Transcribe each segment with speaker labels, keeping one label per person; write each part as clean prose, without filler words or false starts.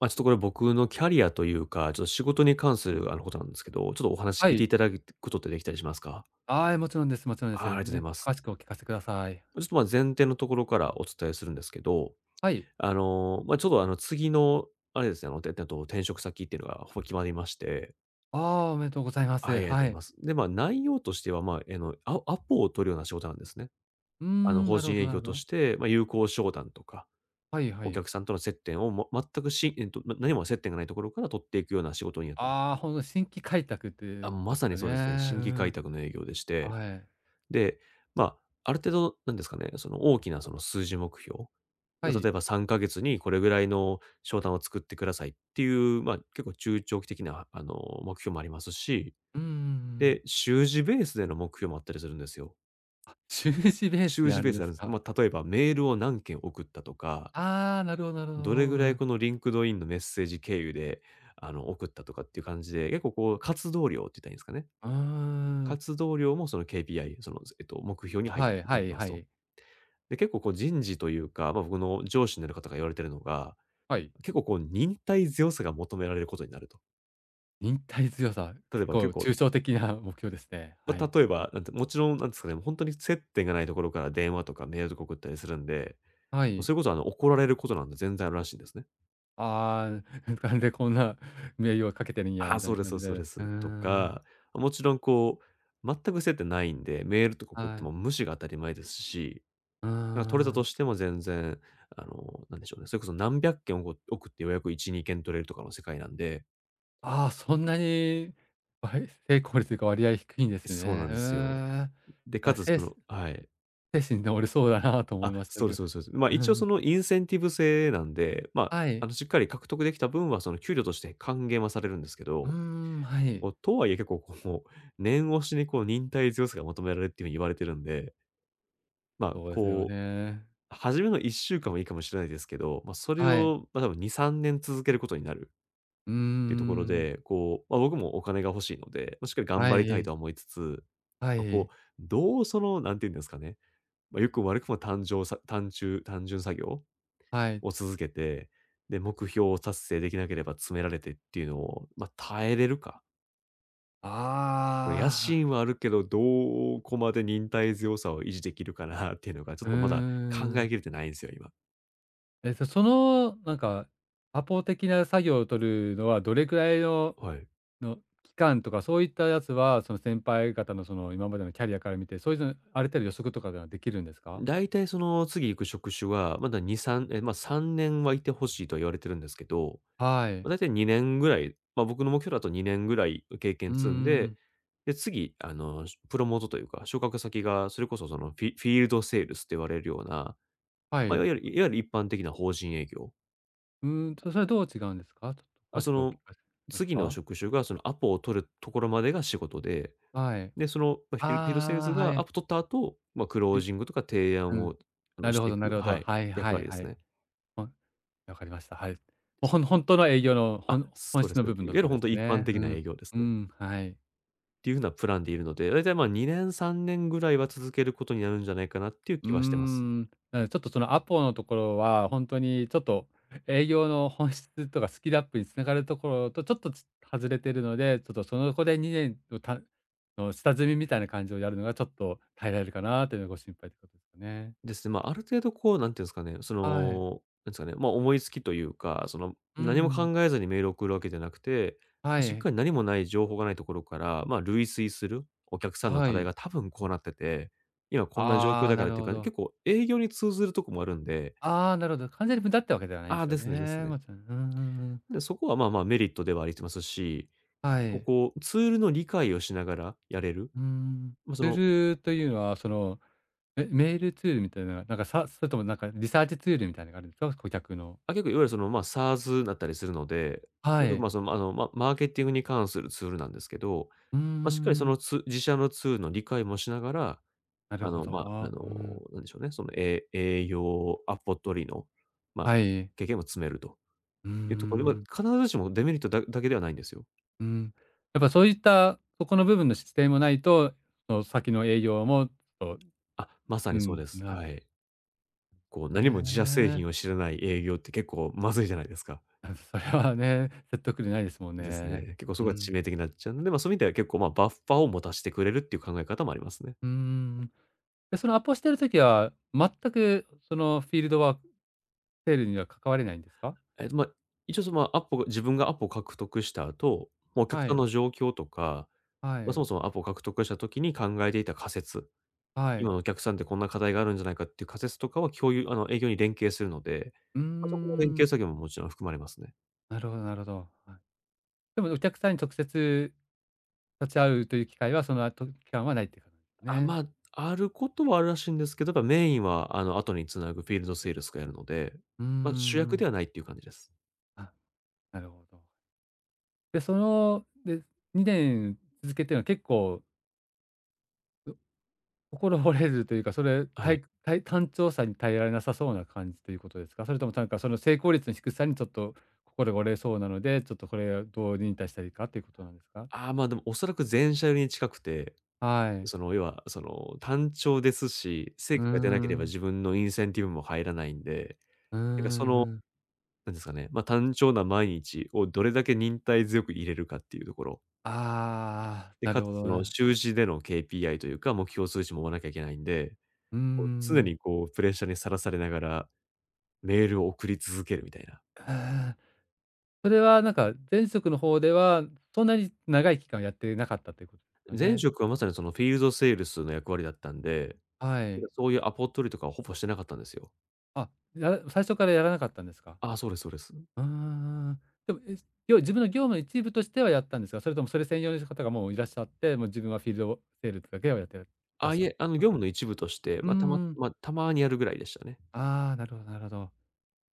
Speaker 1: まあ、ちょっとこれ僕のキャリアというか、ちょっと仕事に関することなんですけど、ちょっとお話
Speaker 2: は
Speaker 1: 聞いてい
Speaker 2: い。
Speaker 1: ただくことってできたりしますか？
Speaker 2: ああ、もちろんですもちろんで
Speaker 1: ああ、あり
Speaker 2: す。
Speaker 1: がとうござい
Speaker 2: で、
Speaker 1: ます。
Speaker 2: 詳しくお聞かせください。
Speaker 1: ちょっと前提のところからお伝えするんですけど、
Speaker 2: はい。
Speaker 1: まあ、ちょっと次の、あれですね、あの、てえっと、転職先っていうのがほぼ決まりまして、
Speaker 2: ああ、おめでとうございま
Speaker 1: あ、あ
Speaker 2: す。
Speaker 1: りがと
Speaker 2: は
Speaker 1: うござい
Speaker 2: い。
Speaker 1: ます。で、内容としては、まあ、アポを取るような仕事なんですね。
Speaker 2: うーん、
Speaker 1: 法
Speaker 2: なるほ
Speaker 1: 人
Speaker 2: ど
Speaker 1: 営
Speaker 2: なる
Speaker 1: 業
Speaker 2: ほ
Speaker 1: とし
Speaker 2: ど。
Speaker 1: て、まあ、友好商談とか、
Speaker 2: はいは
Speaker 1: お
Speaker 2: い。
Speaker 1: 客さんとの接点をま全くしえっと、ま何も接点がないところから取っていくような仕事になってます。
Speaker 2: ああ、ほんと新規開拓ってい
Speaker 1: あ、
Speaker 2: うこと
Speaker 1: ま
Speaker 2: です
Speaker 1: さに
Speaker 2: かね。
Speaker 1: そうですね。新
Speaker 2: う
Speaker 1: 規開
Speaker 2: ん。
Speaker 1: 拓の営業でして、
Speaker 2: はい。
Speaker 1: で、まあ、ある程度なんですかね、その大きなその数字目標、
Speaker 2: は
Speaker 1: まあ、例
Speaker 2: い。
Speaker 1: えば3ヶ月にこれぐらいの商談を作ってくださいっていう、まあ、結構中長期的な目標もありますし、
Speaker 2: うんうんうん。
Speaker 1: で、習字ベースでの目標もあったりするんですよ。
Speaker 2: 収支ベース
Speaker 1: 習
Speaker 2: で
Speaker 1: 字
Speaker 2: あ
Speaker 1: ベ
Speaker 2: る
Speaker 1: ー
Speaker 2: ん
Speaker 1: スで
Speaker 2: で
Speaker 1: あ
Speaker 2: す
Speaker 1: るんです。
Speaker 2: か。
Speaker 1: まあ、例えばメールを何件送ったとか、
Speaker 2: ああ、なるほどなるほ
Speaker 1: どれ
Speaker 2: ど。
Speaker 1: ぐ
Speaker 2: う
Speaker 1: らい
Speaker 2: ん。
Speaker 1: このリンクドインのメッセージ経由で、送ったとかっていう感じで、結構こう活動量って言ったらいいんですかね。
Speaker 2: うーん。
Speaker 1: 活動量もその KPI、その、目標に入
Speaker 2: はい
Speaker 1: ら
Speaker 2: は
Speaker 1: れて
Speaker 2: い
Speaker 1: ます
Speaker 2: は
Speaker 1: と。
Speaker 2: い。
Speaker 1: で、結構こう人事というか、まあ、僕の上司になる方が言われてるのが、
Speaker 2: はい。
Speaker 1: 結構こう忍耐強さが求められることになると。
Speaker 2: 忍耐強さ、
Speaker 1: 例え
Speaker 2: 結
Speaker 1: ば
Speaker 2: 構
Speaker 1: 結構、
Speaker 2: 抽象的な目標ですね。
Speaker 1: ま
Speaker 2: は
Speaker 1: あ、
Speaker 2: い。
Speaker 1: 例えば、なんてもちろんなんですかね、本当に接点がないところから電話とかメールとか送ったりするんで、
Speaker 2: はい。
Speaker 1: それこそ怒られることなんて全然あるらしいんですね。
Speaker 2: ああ、なんでこんな名誉をかけてるんや
Speaker 1: ああ、
Speaker 2: みたい
Speaker 1: そう
Speaker 2: な
Speaker 1: で
Speaker 2: 感
Speaker 1: す、
Speaker 2: じで。
Speaker 1: そうで
Speaker 2: う
Speaker 1: す、そう
Speaker 2: ー
Speaker 1: です。と
Speaker 2: ん、
Speaker 1: か、もちろんこう、全く接点ないんで、メールとか送って
Speaker 2: は
Speaker 1: も
Speaker 2: い。
Speaker 1: 無視が当たり前ですし、
Speaker 2: うー
Speaker 1: だから取れたと
Speaker 2: ん。
Speaker 1: しても全然、なんでしょうね、それこそ何百件おこ置くって予約1、2件取れるとかの世界なんで、
Speaker 2: ああ、そんなに、成功率が割合低いんです
Speaker 1: そうな
Speaker 2: ね。
Speaker 1: ん
Speaker 2: う
Speaker 1: ですよ。
Speaker 2: ーん。
Speaker 1: で、か
Speaker 2: あ、
Speaker 1: つその、はい。
Speaker 2: 精神治りそうだなと思
Speaker 1: あ、
Speaker 2: いました
Speaker 1: そうです、
Speaker 2: けど。
Speaker 1: そうです、そうです。ま、
Speaker 2: う
Speaker 1: 一応
Speaker 2: ん。
Speaker 1: そのインセンティブ制なんで、まあ、
Speaker 2: はい。
Speaker 1: しっかり獲得できた分はその給料として還元はされるんですけ
Speaker 2: うー
Speaker 1: ど、
Speaker 2: ん、はい。
Speaker 1: こう、とはいえ結構こう、念押しにこう忍耐強さが求められるっていうふうに言われてるんで、ま、
Speaker 2: そうですよ
Speaker 1: こう、
Speaker 2: ね。
Speaker 1: 初めの1週間はいいかもしれないですけど、ま、それ
Speaker 2: はい。
Speaker 1: を、ま、多分2、3年続けることになる。
Speaker 2: うー
Speaker 1: っていうところ
Speaker 2: ん。
Speaker 1: で、こう、まあ、僕もお金が欲しいので、まあ、しっかり頑
Speaker 2: は
Speaker 1: 張りたい
Speaker 2: い、
Speaker 1: とは思いつつ、
Speaker 2: は
Speaker 1: まあ、こ
Speaker 2: い、
Speaker 1: う、どうその、なんて言うんですかね、まあ、良くも悪くも単じさ単ち単純作業
Speaker 2: はい。
Speaker 1: を続けて、で、目標を達成できなければ詰められてっていうのを、まあ、耐えれるか。これ野
Speaker 2: あ
Speaker 1: 心はあるけど、どこまで忍耐強さを維持できるかなっていうのが、ちょっ
Speaker 2: あ、う
Speaker 1: とまだ考
Speaker 2: ー
Speaker 1: え
Speaker 2: ん。
Speaker 1: きれてないんですよ、今。
Speaker 2: えっと、その、なんか、アポ的な作業を取るのは、どれくらいの
Speaker 1: はい。
Speaker 2: の期間とか、そういったやつは、その先輩方の、その、今までのキャリアから見て、そういうの、ある程度予測とかができるんですか？
Speaker 1: だいたいその次行く職種は、まだ2、3え、ま、3年はいてほしいとは言われてるんですけど、
Speaker 2: は
Speaker 1: ま
Speaker 2: い。
Speaker 1: あ、大体2年ぐらい、まあ、僕の目標だと2年ぐらい経
Speaker 2: うー
Speaker 1: 験積んで、
Speaker 2: ん。
Speaker 1: で、次、プロモートというか、昇格先がそれこそそのフィールドセールスって言われるような、
Speaker 2: は
Speaker 1: まあ、い
Speaker 2: い。
Speaker 1: わゆるいわゆる一般的な法人営業。
Speaker 2: うーんと、それはどう違うんですか？ちょっと
Speaker 1: あ、
Speaker 2: 詳し
Speaker 1: そ
Speaker 2: くお聞
Speaker 1: の、
Speaker 2: かせます
Speaker 1: 次の
Speaker 2: か？
Speaker 1: 職種がそのアポを取るところまでが仕事で、
Speaker 2: はい。
Speaker 1: で、その、ま、フィールドセールス
Speaker 2: ああ、は
Speaker 1: がア
Speaker 2: い。
Speaker 1: ポ取った後、まあ、クロー
Speaker 2: ゆ
Speaker 1: ジングとか提
Speaker 2: う
Speaker 1: 案
Speaker 2: ん。
Speaker 1: を、
Speaker 2: な
Speaker 1: し
Speaker 2: るほ
Speaker 1: てい
Speaker 2: どな
Speaker 1: く、
Speaker 2: るほ
Speaker 1: は
Speaker 2: ど。
Speaker 1: い、
Speaker 2: はい
Speaker 1: 役
Speaker 2: はい
Speaker 1: 割で
Speaker 2: は
Speaker 1: す
Speaker 2: い。
Speaker 1: ね。
Speaker 2: ほんわかりました。はい。ほんとの営業の、
Speaker 1: あ、
Speaker 2: 本
Speaker 1: そうで
Speaker 2: 質
Speaker 1: す。
Speaker 2: の
Speaker 1: い
Speaker 2: 部分の
Speaker 1: わ
Speaker 2: と
Speaker 1: ゆ
Speaker 2: こ
Speaker 1: る
Speaker 2: で
Speaker 1: 本
Speaker 2: す
Speaker 1: 当一般
Speaker 2: ね。う
Speaker 1: 的な
Speaker 2: ん。
Speaker 1: 営業です
Speaker 2: う
Speaker 1: ね。
Speaker 2: ん、はい。
Speaker 1: っていうふうなプランでいるので、だいたい、まあにねん、2年3年ぐらいは続けることになるんじゃないかなっていう
Speaker 2: うー
Speaker 1: 気はしてます。
Speaker 2: ん、なのでちょっとそのアポのところは、ほんとにちょっと営業の本質とかスキルアップに繋がるところとちょっと外れてるので、ちょっとそのこで2年の下積みみたいな感じをやるのがちょっと耐えられるかなというのがご心配ってことですかね。
Speaker 1: ですね、まあ、ある程度こう、なんていうんですかね、そ
Speaker 2: はい。
Speaker 1: の、なんですかね、まあ、思いつきというか、その、
Speaker 2: う
Speaker 1: 何も
Speaker 2: ん。
Speaker 1: 考えずにメールを送るわけじゃなくて、ま、
Speaker 2: は
Speaker 1: しっ
Speaker 2: い。
Speaker 1: かり何もない情報がないところから、まあ、類推するお客さんの
Speaker 2: は
Speaker 1: 課題
Speaker 2: い。
Speaker 1: が多分こうなってて、今こんな状況
Speaker 2: ああ、
Speaker 1: だか
Speaker 2: な
Speaker 1: らっ
Speaker 2: る
Speaker 1: ていう
Speaker 2: ほ
Speaker 1: か、結
Speaker 2: ど。
Speaker 1: 構営業に通ずるとこもあるんで、
Speaker 2: ああ、なるほど。完全に無駄ってわけではないんで
Speaker 1: ああ、
Speaker 2: すよ
Speaker 1: ですね、です
Speaker 2: ね。
Speaker 1: ね。
Speaker 2: もちろん。うんうんうん。
Speaker 1: で、そこは、まあまあ、メリットではありますし、
Speaker 2: は
Speaker 1: こ
Speaker 2: い。
Speaker 1: こ、ツールの理解をしながらやれる、
Speaker 2: うーん。
Speaker 1: まあ、
Speaker 2: するというのは、その、え、メールツールみたいな、なんか、それともなんかリサーチツールみたいなのがあるんですか？顧客の。
Speaker 1: 結構いわゆるその、まあ、SaaS だったりするので、
Speaker 2: は
Speaker 1: 僕、ま
Speaker 2: い。
Speaker 1: あ、その、マーケティングに関するツールなんですけど、
Speaker 2: うん
Speaker 1: ま、しっかりそ
Speaker 2: ん、
Speaker 1: のつ自社のツールの理解もしながら、
Speaker 2: なる
Speaker 1: あ
Speaker 2: ほ
Speaker 1: の、
Speaker 2: ど。
Speaker 1: ま、あ
Speaker 2: あ、う
Speaker 1: の、
Speaker 2: ん。
Speaker 1: なんでしょうね、その、え営業、アポ取りの、ま、
Speaker 2: はい。
Speaker 1: 経験も積めると
Speaker 2: うんうんう
Speaker 1: いうところで、
Speaker 2: ん。
Speaker 1: ま、必ずしもデメリットだけではないんですよ。
Speaker 2: やっぱそういった、そこの部分の点もないと、その先の営業も、そう
Speaker 1: あ、まさ
Speaker 2: う
Speaker 1: にそう
Speaker 2: ん、
Speaker 1: です。
Speaker 2: な
Speaker 1: は
Speaker 2: る
Speaker 1: い。こう
Speaker 2: へ
Speaker 1: 何も自社製
Speaker 2: え。
Speaker 1: 品を知らない営業って結構まずいじゃないですか。
Speaker 2: あ、それはね、説得力ないですもん
Speaker 1: です
Speaker 2: ね。
Speaker 1: ね。結構そ
Speaker 2: う
Speaker 1: こが致
Speaker 2: ん。
Speaker 1: 命的になっちゃうので、ま、そういう意味では結構、ま、バッファーを持たしてくれるっていう考え方もありますね。
Speaker 2: うんうんん。で、そのアポしてる時は、全くそのフィールドワークセールには関われないんですか？
Speaker 1: まあ、一応その、まあ、アポが自分がアポを獲得した後、まあ、お客
Speaker 2: は
Speaker 1: さん
Speaker 2: い。
Speaker 1: の状況とか、
Speaker 2: は
Speaker 1: まあ、そ
Speaker 2: い。
Speaker 1: もそもアポを獲得した時に考えていた仮説、
Speaker 2: は
Speaker 1: 今
Speaker 2: い。
Speaker 1: のお客さんってこんな課題があるんじゃないかっていう仮説とかは共有あの、営業に連携するので、
Speaker 2: うー
Speaker 1: まあ、そこの連携
Speaker 2: ん、
Speaker 1: 作業ももちろん含まれますね。
Speaker 2: なるほどなるほど。はい。でもお客さんに直接立ち会うという機会は、その後期間はないっていう感じです
Speaker 1: あ、
Speaker 2: ね。
Speaker 1: まあ、あることはあるらしいんですけど、やっぱメインは、後に繋ぐフィールドセールスがやるので、
Speaker 2: うー
Speaker 1: まあ、主役
Speaker 2: ん。
Speaker 1: ではないっていう感じです。
Speaker 2: あ、なるほど。で、その、で、2年続けてるのは結構、う心折れるというか、それ、
Speaker 1: はい。
Speaker 2: 単調さに耐えられなさそうな感じということですか？それともなんかその成功率の低さにちょっと心が折れそうなので、ちょっとこれをどう忍耐したらいいかということなんですか？
Speaker 1: ああ、ま、でもおそらく全社寄りに近くて、
Speaker 2: はい。
Speaker 1: その、要は、その、単調ですし、成
Speaker 2: うー
Speaker 1: 果が出なければ
Speaker 2: ん。
Speaker 1: 自分のインセンティブも入らないんで、
Speaker 2: うー
Speaker 1: なんかその、
Speaker 2: ん、ん。
Speaker 1: なんですかね、ま、単調な毎日をどれだけ忍耐強く入れるかっていうところ。
Speaker 2: ああ、
Speaker 1: で、
Speaker 2: な
Speaker 1: か
Speaker 2: る
Speaker 1: つ
Speaker 2: ほ
Speaker 1: そ
Speaker 2: ど
Speaker 1: の
Speaker 2: ね。
Speaker 1: 習字での KPI というか、目標数値も追わなきゃいけないんで、
Speaker 2: うー
Speaker 1: こう常
Speaker 2: ん。
Speaker 1: にこうプレッシャーにさらされながらメールを送り続けるみたいな。
Speaker 2: ああ、それはなんか前職の方では、そんなに長い期間やってなかったということですか
Speaker 1: 前
Speaker 2: ね。
Speaker 1: 職はまさにそのフィールドセールスの役割だったんで、
Speaker 2: は
Speaker 1: なん
Speaker 2: い。
Speaker 1: かそういうアポ取りとかはほぼしてなかったんですよ。
Speaker 2: あ、最初からやらなかったんですか。
Speaker 1: ああ、そうです、そうです。
Speaker 2: うーん。でも、え、自分の業務の一部としてはやったんですか？それともそれ専用の方がもういらっしゃって、もう自分はフィールドセールスだけをやってらっしゃったんで
Speaker 1: あ、い
Speaker 2: す
Speaker 1: え、
Speaker 2: か？
Speaker 1: 業務の一部として、
Speaker 2: うー
Speaker 1: ま、たま
Speaker 2: ん。
Speaker 1: ま、たまにやるぐらいでしたね。
Speaker 2: ああ、なるほどなるほど。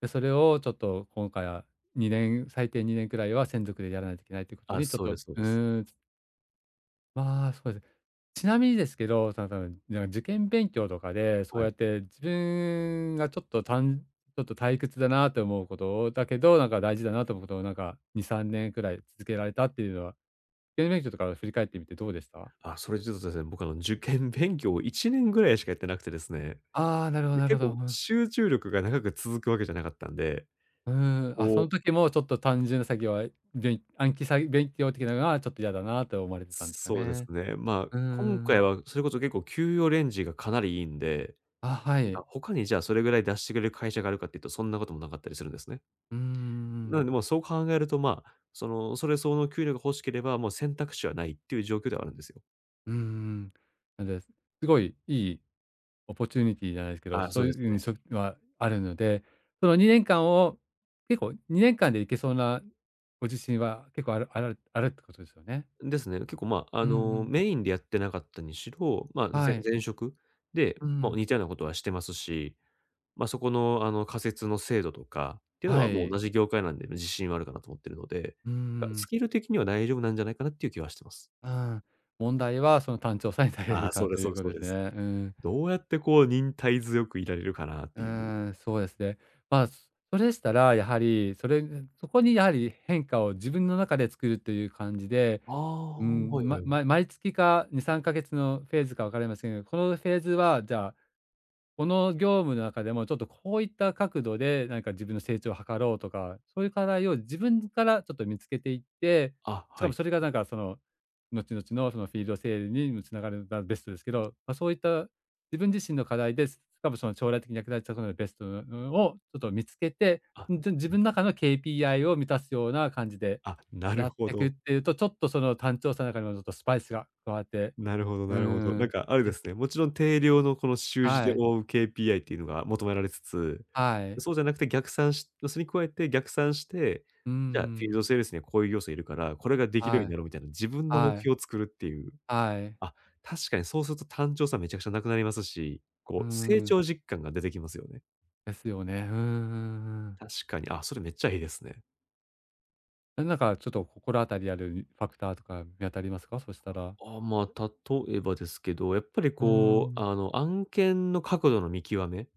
Speaker 2: で、それをちょっと今回は年最低2年くらいは専属でやらないといけないということ
Speaker 1: あ、
Speaker 2: にちょっ
Speaker 1: そう
Speaker 2: と
Speaker 1: で
Speaker 2: う
Speaker 1: す、そうです。
Speaker 2: ーん、まあ、そうですね。ちなみにですけど、なんか受験勉強とかで、そう
Speaker 1: は
Speaker 2: や
Speaker 1: い。
Speaker 2: って自分がちょっとたんちょっと退屈だなと思うことをだけど、なんか大事だなと思うことをなんか2、3年くらい続けられたっていうのは、受験勉強とか振り返ってみてどうでした？
Speaker 1: あ、それで言うとですね、僕受験勉強を1年ぐらいしかやってなくてですね。
Speaker 2: ああ、なるほど
Speaker 1: で、
Speaker 2: なる
Speaker 1: 結
Speaker 2: ほど。う
Speaker 1: 構
Speaker 2: ん。
Speaker 1: 集中力が長く続くわけじゃなかったんで、
Speaker 2: うーん。あ、
Speaker 1: こ
Speaker 2: そ
Speaker 1: う
Speaker 2: の時もちょっと単純な作業は、暗記勉強的なのがちょっと嫌だなと思われてたんですか
Speaker 1: そうです
Speaker 2: ね。
Speaker 1: ね。まあ、
Speaker 2: う
Speaker 1: 今
Speaker 2: ん
Speaker 1: 回
Speaker 2: ん、
Speaker 1: はそれこそ結構給与レンジがかなりいいんで、
Speaker 2: あ、は
Speaker 1: なん
Speaker 2: い。
Speaker 1: か他にじゃあそれぐらい出してくれる会社があるかっていうと、そんなこともなかったりするんですね。
Speaker 2: うんうんう
Speaker 1: なので、も
Speaker 2: ー
Speaker 1: うそう考えると、まあ、それ相応の給料が欲しければ、もう選択肢はないっていう状況ではあるんですよ。
Speaker 2: んん。なんで、すごいいいオポチュニティじゃないですけど、
Speaker 1: ああ、そ
Speaker 2: そ
Speaker 1: う
Speaker 2: うい
Speaker 1: です
Speaker 2: う、う
Speaker 1: ね。
Speaker 2: ん、そはあるので、その2年間を結構2年間でいけそうなご自信は結構あるあるってことですよね？
Speaker 1: ですね。結構、まあ、
Speaker 2: うんうん。
Speaker 1: メインでやってなかったにしろ、まあ、
Speaker 2: はい。
Speaker 1: 前職で、
Speaker 2: う
Speaker 1: まあ、
Speaker 2: ん。
Speaker 1: 似たようなことはしてますし、まあ、そこの、あの、仮説の精度とかっていうの
Speaker 2: は
Speaker 1: はもう同
Speaker 2: い。
Speaker 1: じ業界なんで自信はあるかなと思ってるので、だ
Speaker 2: う
Speaker 1: からス
Speaker 2: ん、
Speaker 1: キル的には大丈夫なんじゃないかなっていう気はしてます。
Speaker 2: うん。問題はその単調さに耐えれ
Speaker 1: あ
Speaker 2: る
Speaker 1: あ、そう
Speaker 2: か
Speaker 1: で
Speaker 2: と
Speaker 1: すそ
Speaker 2: い
Speaker 1: うで
Speaker 2: う
Speaker 1: す
Speaker 2: こと
Speaker 1: そう
Speaker 2: です
Speaker 1: で
Speaker 2: ね。
Speaker 1: す。
Speaker 2: うん。
Speaker 1: どうやってこう忍耐強くいられるかなっ
Speaker 2: う
Speaker 1: ていう。
Speaker 2: ーん、そうですね。まあ、それでしたら、やはり、そこにやはり変化を自分の中で作るという感じで、
Speaker 1: あ
Speaker 2: う
Speaker 1: あ、はい
Speaker 2: ん、
Speaker 1: はい。
Speaker 2: 毎月か2、3ヶ月のフェーズか分かりませんが、このフェーズは、じゃあ、この業務の中でも、ちょっとこういった角度でなんか自分の成長を図ろうとか、そういう課題を自分からちょっと見つけていって、
Speaker 1: あ、
Speaker 2: しか
Speaker 1: は
Speaker 2: も
Speaker 1: い。
Speaker 2: それがなんかその、後々のそのフィールドセールにもつながるのがベストですけど、まあ、そういった自分自身の課題です、しかもその将来的に役立ちそうなベストのをちょっと見つけて、
Speaker 1: あ、
Speaker 2: ん、自分の中の KPI を満たすような感じで
Speaker 1: あ、なる
Speaker 2: やっ
Speaker 1: ほ
Speaker 2: ていくっ
Speaker 1: ど。
Speaker 2: ていうと、ちょっとその単調さの中にもちょっとスパイスが加わって、
Speaker 1: なるほど
Speaker 2: うー
Speaker 1: なるほど。なん
Speaker 2: ん、
Speaker 1: かあれで
Speaker 2: け、
Speaker 1: すね、もちろん定量のこの習字で
Speaker 2: はい、
Speaker 1: 覆う KPI っていうのが求められつつ、
Speaker 2: はい。
Speaker 1: そうじゃなくて逆算しそれに加えて逆算して、
Speaker 2: うーう
Speaker 1: じゃあフィールド
Speaker 2: ん。
Speaker 1: セールスにはこういう要素いるから、これができるように
Speaker 2: は
Speaker 1: な
Speaker 2: い、
Speaker 1: ろうみたいな自分の目
Speaker 2: はい、
Speaker 1: 標を作るっていう。
Speaker 2: はい。
Speaker 1: あ、確かにそうすると単調さめちゃくちゃなくなりますし、
Speaker 2: うー
Speaker 1: こう成
Speaker 2: ん、
Speaker 1: 長実感が出てきますよね。
Speaker 2: ですよね。うんうんうんうん。
Speaker 1: 確かに、あ、それめっちゃいいですね。
Speaker 2: なんかちょっと心当たりあるファクターとか見当たりますか？そしたら。
Speaker 1: あ、まあ、例えばですけど、やっぱり
Speaker 2: うー
Speaker 1: こう、
Speaker 2: ん。
Speaker 1: 案件の角度の見極め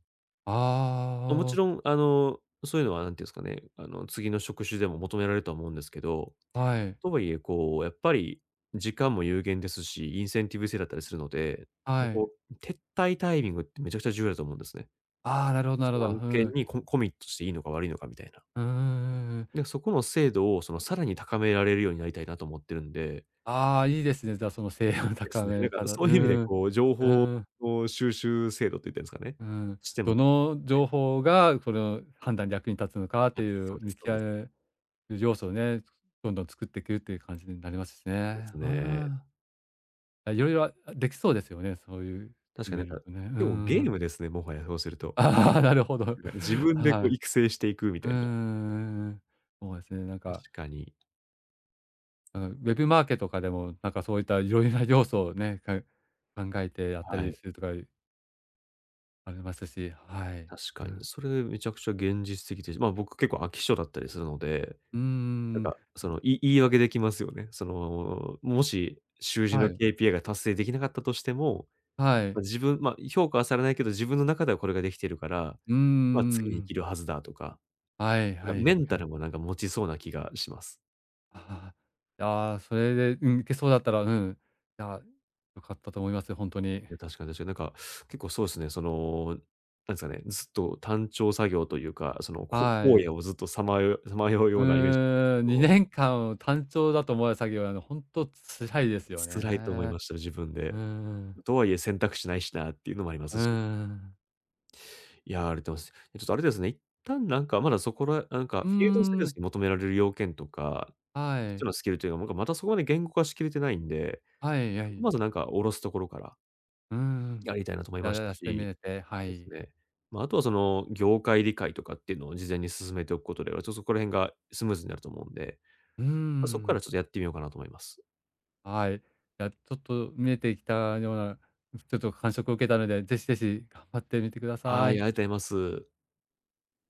Speaker 1: ま、もち
Speaker 2: あ
Speaker 1: ろん、そういうのは何て言うんすかね、次の職種でも求められるとは思うんですけど、
Speaker 2: あ、はい、
Speaker 1: とはいえ、こう、やっぱり時間も有限ですし、インセンティブ制だったりするので、
Speaker 2: は
Speaker 1: で、
Speaker 2: い。
Speaker 1: こう、撤退タイミングってめちゃくちゃ重要だと思うんですね。
Speaker 2: ああ、なるほどなる
Speaker 1: そ
Speaker 2: ほ
Speaker 1: の
Speaker 2: ど。う
Speaker 1: 案件
Speaker 2: ん。
Speaker 1: にミットしていいのか悪いのかみたいな。
Speaker 2: うんうんうんうん。
Speaker 1: で、そこの精度を、さらに高められるようになりたいなと思ってるんで、
Speaker 2: ああ、いいですね。じゃあその声量
Speaker 1: で
Speaker 2: 高
Speaker 1: すね、な
Speaker 2: め
Speaker 1: んか
Speaker 2: かたう
Speaker 1: そういう意味で、
Speaker 2: ん、
Speaker 1: こう、情
Speaker 2: う
Speaker 1: 報
Speaker 2: ん、
Speaker 1: の収集精度って言ったらいいんですか
Speaker 2: う
Speaker 1: ね、
Speaker 2: ん。
Speaker 1: しても
Speaker 2: どの
Speaker 1: はい、
Speaker 2: 情報がこの判断に役に立つのかっ
Speaker 1: あ、
Speaker 2: てい
Speaker 1: そ
Speaker 2: う
Speaker 1: うで
Speaker 2: 見
Speaker 1: すそうです。
Speaker 2: 極める要素をね、どんどん作っていくっていう感じになりますし
Speaker 1: で
Speaker 2: ね。
Speaker 1: す
Speaker 2: う
Speaker 1: ね。
Speaker 2: ん。あ、いろいろ、できそうですよね、そういう、
Speaker 1: 確かにな
Speaker 2: 見
Speaker 1: ん
Speaker 2: る
Speaker 1: か、
Speaker 2: とね。う
Speaker 1: でもゲ
Speaker 2: ん
Speaker 1: ー
Speaker 2: ん。
Speaker 1: ムですね、もはやそうする と。
Speaker 2: ああ、なるほど。
Speaker 1: なんか自 分で
Speaker 2: は
Speaker 1: こう
Speaker 2: い。
Speaker 1: 育成していくみた
Speaker 2: う
Speaker 1: いな。
Speaker 2: んんう、そうですね、なんか、
Speaker 1: 確かに。
Speaker 2: あの、ウェブマーケとかでも、なんかそういったいろいろな要素をね、考えてやった
Speaker 1: は
Speaker 2: り
Speaker 1: い。
Speaker 2: するとかありますし、はい。
Speaker 1: 確か
Speaker 2: う
Speaker 1: に。
Speaker 2: ん。
Speaker 1: それめちゃくちゃ現実的で、ま、僕結構飽き性だったりするので、
Speaker 2: うんうん
Speaker 1: な
Speaker 2: う
Speaker 1: ん
Speaker 2: ん。
Speaker 1: かその、言い訳できますよね。その、もし習字
Speaker 2: は
Speaker 1: の
Speaker 2: い。
Speaker 1: KPI が達成できなかったとしても、
Speaker 2: は
Speaker 1: ま、
Speaker 2: い。
Speaker 1: 自分ま、評価はされないけど、自分の中ではこれができてるから、
Speaker 2: うんう
Speaker 1: ま、次に生
Speaker 2: んん
Speaker 1: きるはずだとか、
Speaker 2: はい
Speaker 1: な
Speaker 2: は
Speaker 1: ん
Speaker 2: い
Speaker 1: かメン
Speaker 2: う
Speaker 1: タ
Speaker 2: んんはいは
Speaker 1: ル
Speaker 2: い。
Speaker 1: もなんか持ちそうな気がします。
Speaker 2: ああ、ああ、それで、うん、いけそうだったら、うん、いや、良かったと思いますよ、ほんとに。
Speaker 1: いや、確かに確かに。なんか、結構そうですね、なんですかね、ずっと単調作業というか、その、
Speaker 2: は
Speaker 1: 荒
Speaker 2: い。
Speaker 1: 野をずっとさまよう
Speaker 2: う
Speaker 1: ようなイメージだったんですけ
Speaker 2: ーん、
Speaker 1: ど、
Speaker 2: 2年間単調だと思われる作業は、あの、ほんと辛いですよ
Speaker 1: 辛いと思い
Speaker 2: ね。
Speaker 1: ました、自分
Speaker 2: うー
Speaker 1: で。
Speaker 2: ん。
Speaker 1: とはいえ選択肢ないしなっていうのもありま
Speaker 2: うー
Speaker 1: すし、
Speaker 2: ん。
Speaker 1: いや、ありがとうございます。ちょっとあれですね、一旦なんか、まだそこらなんか、
Speaker 2: うー
Speaker 1: フィールドステールス
Speaker 2: ん、
Speaker 1: に求められる要件とか、
Speaker 2: は
Speaker 1: 必
Speaker 2: い。
Speaker 1: 要なスキルというか、なんかまたそこまで言語化しきれてないんで、
Speaker 2: はいは
Speaker 1: そこ
Speaker 2: い。
Speaker 1: まずなんか下ろすところから
Speaker 2: うーん。
Speaker 1: やりたいなと思い
Speaker 2: や
Speaker 1: ました
Speaker 2: らしてみ
Speaker 1: し
Speaker 2: れて、は
Speaker 1: です
Speaker 2: い。
Speaker 1: ね。まあ、あとはその業界理解とかっていうのを事前に進めておくことでは、ちょっとそこら辺がスムーズになると思うんで、
Speaker 2: うー
Speaker 1: まあ、そこから
Speaker 2: ん、
Speaker 1: ちょっとやってみようかなと思います。
Speaker 2: はい。いや、ちょっと見えてきたような、ちょっと感触を受けたので、ぜひぜひ頑張ってみてくだ
Speaker 1: ああ、
Speaker 2: さ
Speaker 1: い
Speaker 2: い。
Speaker 1: や、ありがとうございます。